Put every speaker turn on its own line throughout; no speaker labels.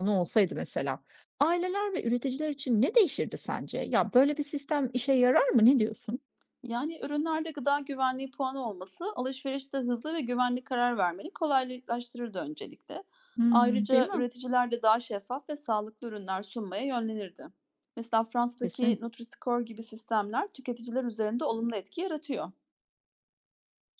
Olsaydı mesela, aileler ve üreticiler için ne değişirdi sence? Ya, böyle bir sistem işe yarar mı? Ne diyorsun?
Yani ürünlerde gıda güvenliği puanı olması alışverişte hızlı ve güvenli karar vermeni kolaylaştırırdı öncelikle.
Hımm, değil
Ayrıca
mi?
üreticiler de daha şeffaf ve sağlıklı ürünler sunmaya yönlenirdi. Mesela Fransa'daki
Kesin.
Nutri-Score gibi sistemler tüketiciler üzerinde olumlu etki yaratıyor.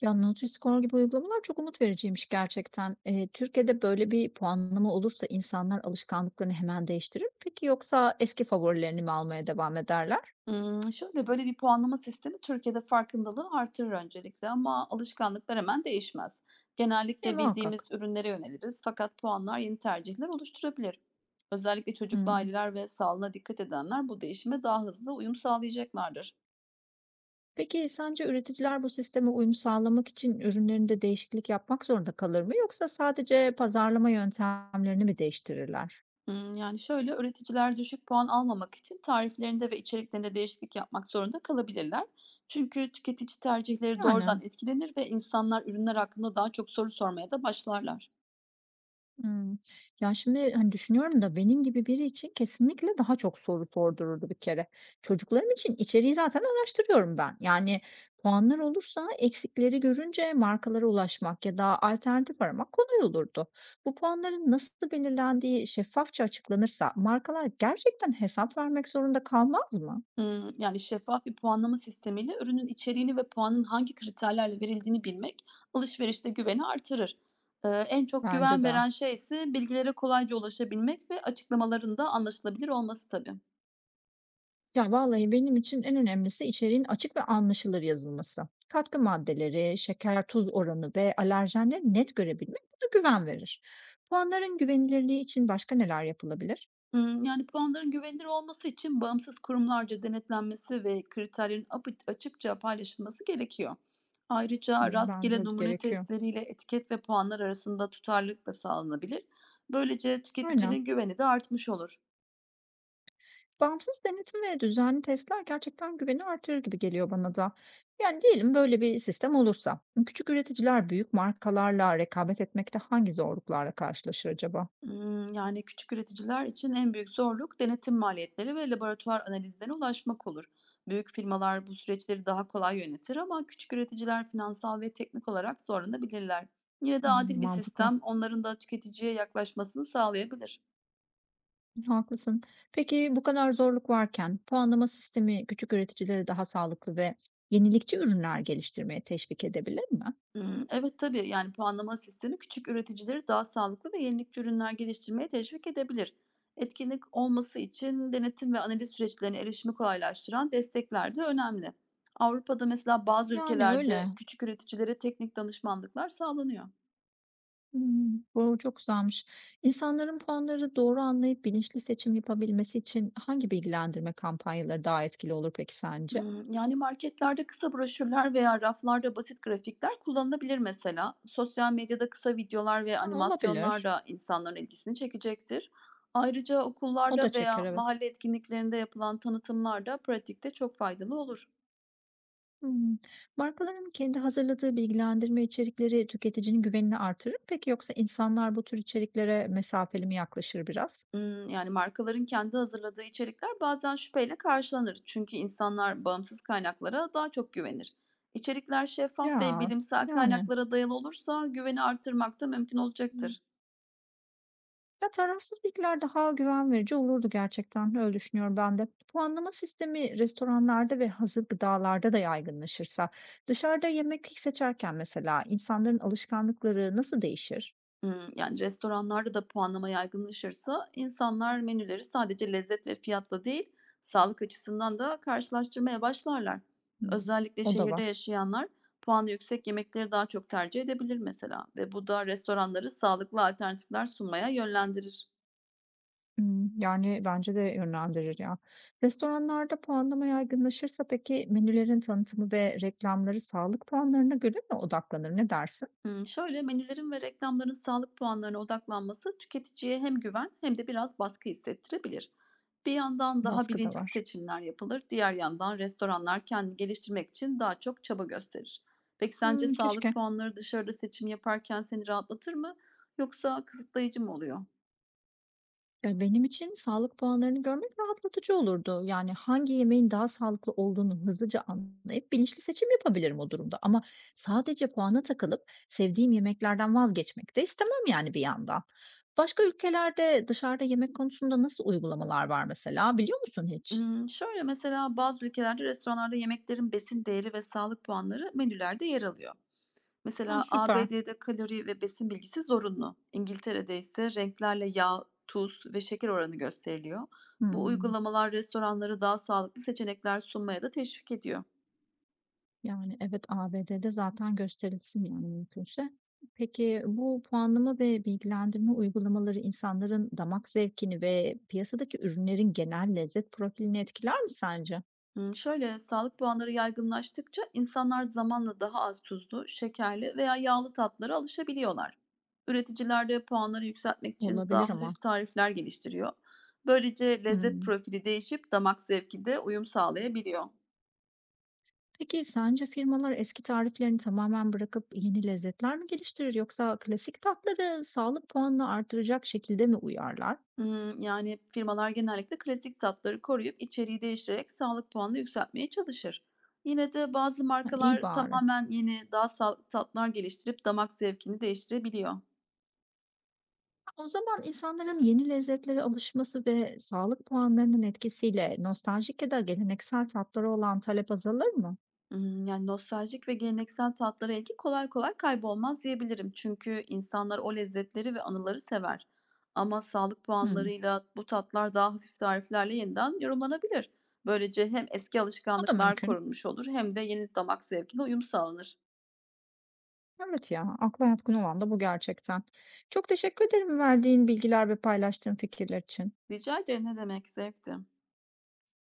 Ya, Nutri-Score gibi uygulamalar çok umut vericiymiş gerçekten. Türkiye'de böyle bir puanlama olursa insanlar alışkanlıklarını hemen değiştirir mi peki yoksa eski favorilerini mi almaya devam ederler?
Böyle bir puanlama sistemi Türkiye'de farkındalığı artırır öncelikle ama alışkanlıklar hemen değişmez. Genellikle
Muhakkak.
bildiğimiz ürünlere yöneliriz fakat puanlar yeni tercihler oluşturabilir. Özellikle çocuklu
Hımm.
aileler ve sağlığına dikkat edenler bu değişime daha hızlı uyum sağlayacaklardır.
Peki sence üreticiler bu sisteme uyum sağlamak için ürünlerinde değişiklik yapmak zorunda kalır mı yoksa sadece pazarlama yöntemlerini mi değiştirirler?
Üreticiler düşük puan almamak için tariflerinde ve içeriklerinde değişiklik yapmak zorunda kalabilirler. Çünkü tüketici tercihleri doğrudan
Yani.
etkilenir ve insanlar ürünler hakkında daha çok soru sormaya da başlarlar.
Hımm. Ya, şimdi, hani, düşünüyorum da benim gibi biri için kesinlikle daha çok soru sordururdu bir kere. Çocuklarım için içeriği zaten araştırıyorum ben. Yani, puanlar olursa eksikleri görünce markalara ulaşmak ya da alternatif aramak kolay olurdu. Bu puanların nasıl belirlendiği şeffafça açıklanırsa markalar gerçekten hesap vermek zorunda kalmaz mı?
Şeffaf bir puanlama sistemiyle ürünün içeriğini ve puanın hangi kriterlerle verildiğini bilmek alışverişte güveni artırır. En çok
Bence
güven
de.
veren şey ise bilgilere kolayca ulaşabilmek ve açıklamaların da anlaşılabilir olması tabii.
Ya vallahi benim için en önemlisi içeriğin açık ve anlaşılır yazılması. Katkı maddeleri, şeker, tuz oranı ve alerjenleri net görebilmek buna güven verir. Puanların güvenilirliği için başka neler yapılabilir?
Puanların güvenilir olması için bağımsız kurumlarca denetlenmesi ve kriterlerin apı açıkça paylaşılması gerekiyor. Ayrıca
Hmm, bence
rastgele
öyle
numune
gerekiyor.
testleriyle etiket ve puanlar arasında tutarlılık da sağlanabilir. Böylece
Aynen.
tüketicinin güveni de artmış olur.
Bağımsız denetim ve düzenli testler gerçekten güveni artırır gibi geliyor bana da. Yani diyelim böyle bir sistem olursa, küçük üreticiler büyük markalarla rekabet etmekte hangi zorluklarla karşılaşır acaba?
Küçük üreticiler için en büyük zorluk denetim maliyetleri ve laboratuvar analizlerine ulaşmak olur. Büyük firmalar bu süreçleri daha kolay yönetir ama küçük üreticiler finansal ve teknik olarak zorlanabilirler. Yine de adil
Hmm,
bir
mantıklı.
sistem onların da tüketiciye yaklaşmasını sağlayabilir.
Haklısın. Peki bu kadar zorluk varken puanlama sistemi küçük üreticileri daha sağlıklı ve yenilikçi ürünler geliştirmeye teşvik edebilir mi?
Evet, tabii, yani, puanlama sistemi küçük üreticileri daha sağlıklı ve yenilikçi ürünler geliştirmeye teşvik edebilir. Etkinlik olması için denetim ve analiz süreçlerine erişimi kolaylaştıran destekler de önemli. Avrupa'da mesela bazı
Yani öyle.
ülkelerde küçük üreticilere teknik danışmanlıklar sağlanıyor.
Hmm, bu çok güzelmiş. İnsanların puanları doğru anlayıp bilinçli seçim yapabilmesi için hangi bilgilendirme kampanyaları daha etkili olur peki sence?
Marketlerde kısa broşürler veya raflarda basit grafikler kullanılabilir mesela. Sosyal medyada kısa videolar ve
Ha,
animasyonlar
olabilir.
da insanların ilgisini çekecektir. Ayrıca
O da
okullarda veya
çeker, evet.
mahalle etkinliklerinde yapılan tanıtımlar da pratikte çok faydalı olur.
Hımm. Markaların kendi hazırladığı bilgilendirme içerikleri tüketicinin güvenini artırır mı peki yoksa insanlar bu tür içeriklere mesafeli mi yaklaşır biraz?
Markaların kendi hazırladığı içerikler bazen şüpheyle karşılanır. Çünkü insanlar bağımsız kaynaklara daha çok güvenir. İçerikler şeffaf ve
Ya,
bilimsel
yani.
kaynaklara dayalı olursa güveni artırmak da mümkün
Hımm.
olacaktır.
Ya, tarafsız bilgiler daha güven verici olurdu gerçekten, öyle düşünüyorum ben de. Puanlama sistemi restoranlarda ve hazır gıdalarda da yaygınlaşırsa dışarıda yemek seçerken mesela insanların alışkanlıkları nasıl değişir?
Restoranlarda da puanlama yaygınlaşırsa insanlar menüleri sadece lezzet ve fiyatla değil, sağlık açısından da karşılaştırmaya başlarlar.
Hımm.
Özellikle
O da
şehirde
var.
yaşayanlar puanı yüksek yemekleri daha çok tercih edebilir mesela ve bu da restoranları sağlıklı alternatifler sunmaya yönlendirir.
Hımm, yani, bence de yönlendirir ya. Restoranlarda puanlama yaygınlaşırsa peki menülerin tanıtımı ve reklamları sağlık puanlarına göre mi odaklanır? Ne dersin?
Menülerin ve reklamların sağlık puanlarına odaklanması tüketiciye hem güven hem de biraz baskı hissettirebilir. Bir yandan daha
Baskı da
bilinçli
var.
seçimler yapılır, diğer yandan restoranlar kendini geliştirmek için daha çok çaba gösterir. Peki sence
Hımm,
sağlık
keşke.
puanları dışarıda seçim yaparken seni rahatlatır mı yoksa kısıtlayıcı mı oluyor?
Ya, benim için sağlık puanlarını görmek rahatlatıcı olurdu. Yani, hangi yemeğin daha sağlıklı olduğunu hızlıca anlayıp bilinçli seçim yapabilirim o durumda ama sadece puana takılıp sevdiğim yemeklerden vazgeçmek de istemem, yani, bir yandan. Başka ülkelerde dışarıda yemek konusunda nasıl uygulamalar var mesela, biliyor musun hiç?
Mesela bazı ülkelerde restoranlarda yemeklerin besin değeri ve sağlık puanları menülerde yer alıyor.
Ha,
Mesela
süper.
ABD'de kalori ve besin bilgisi zorunlu. İngiltere'de ise renklerle yağ, tuz ve şeker oranı gösteriliyor. Bu
Hımm.
uygulamalar restoranları daha sağlıklı seçenekler sunmaya da teşvik ediyor.
Yani, evet, ABD'de zaten gösterilsin, yani, mümkünse. Peki, bu puanlama ve bilgilendirme uygulamaları insanların damak zevkini ve piyasadaki ürünlerin genel lezzet profilini etkiler mi sence?
Hmm, şöyle Sağlık puanları yaygınlaştıkça insanlar zamanla daha az tuzlu, şekerli veya yağlı tatlara alışabiliyorlar. Üreticiler de puanları yükseltmek için
Olabilir
daha
ama.
hafif tarifler geliştiriyor. Böylece lezzet
Hımm.
profili değişip damak zevki de uyum sağlayabiliyor.
Peki, sence firmalar eski tariflerini tamamen bırakıp yeni lezzetler mi geliştirir yoksa klasik tatları sağlık puanını artıracak şekilde mi uyarlar?
Firmalar genellikle klasik tatları koruyup içeriği değiştirerek sağlık puanını yükseltmeye çalışır. Yine de bazı
Ha, iyi
markalar
bari.
tamamen yeni, daha sağlıklı tatlar geliştirip damak zevkini değiştirebiliyor.
O zaman insanların yeni lezzetlere alışması ve sağlık puanlarının etkisiyle nostaljik ya da geleneksel tatlara olan talep azalır mı?
Nostaljik ve geleneksel tatlara ilgi kolay kolay kaybolmaz diyebilirim. Çünkü insanlar o lezzetleri ve anıları sever. Ama sağlık
Hmm,
puanlarıyla bu tatlar daha hafif tariflerle yeniden yorumlanabilir. Böylece hem eski
o da
alışkanlıklar
mümkün.
korunmuş olur hem de yeni damak zevkine uyum sağlanır.
Evet ya, akla yatkın olan da bu gerçekten. Çok teşekkür ederim verdiğin bilgiler ve paylaştığın fikirler için.
Rica ederim ne demek zevkti.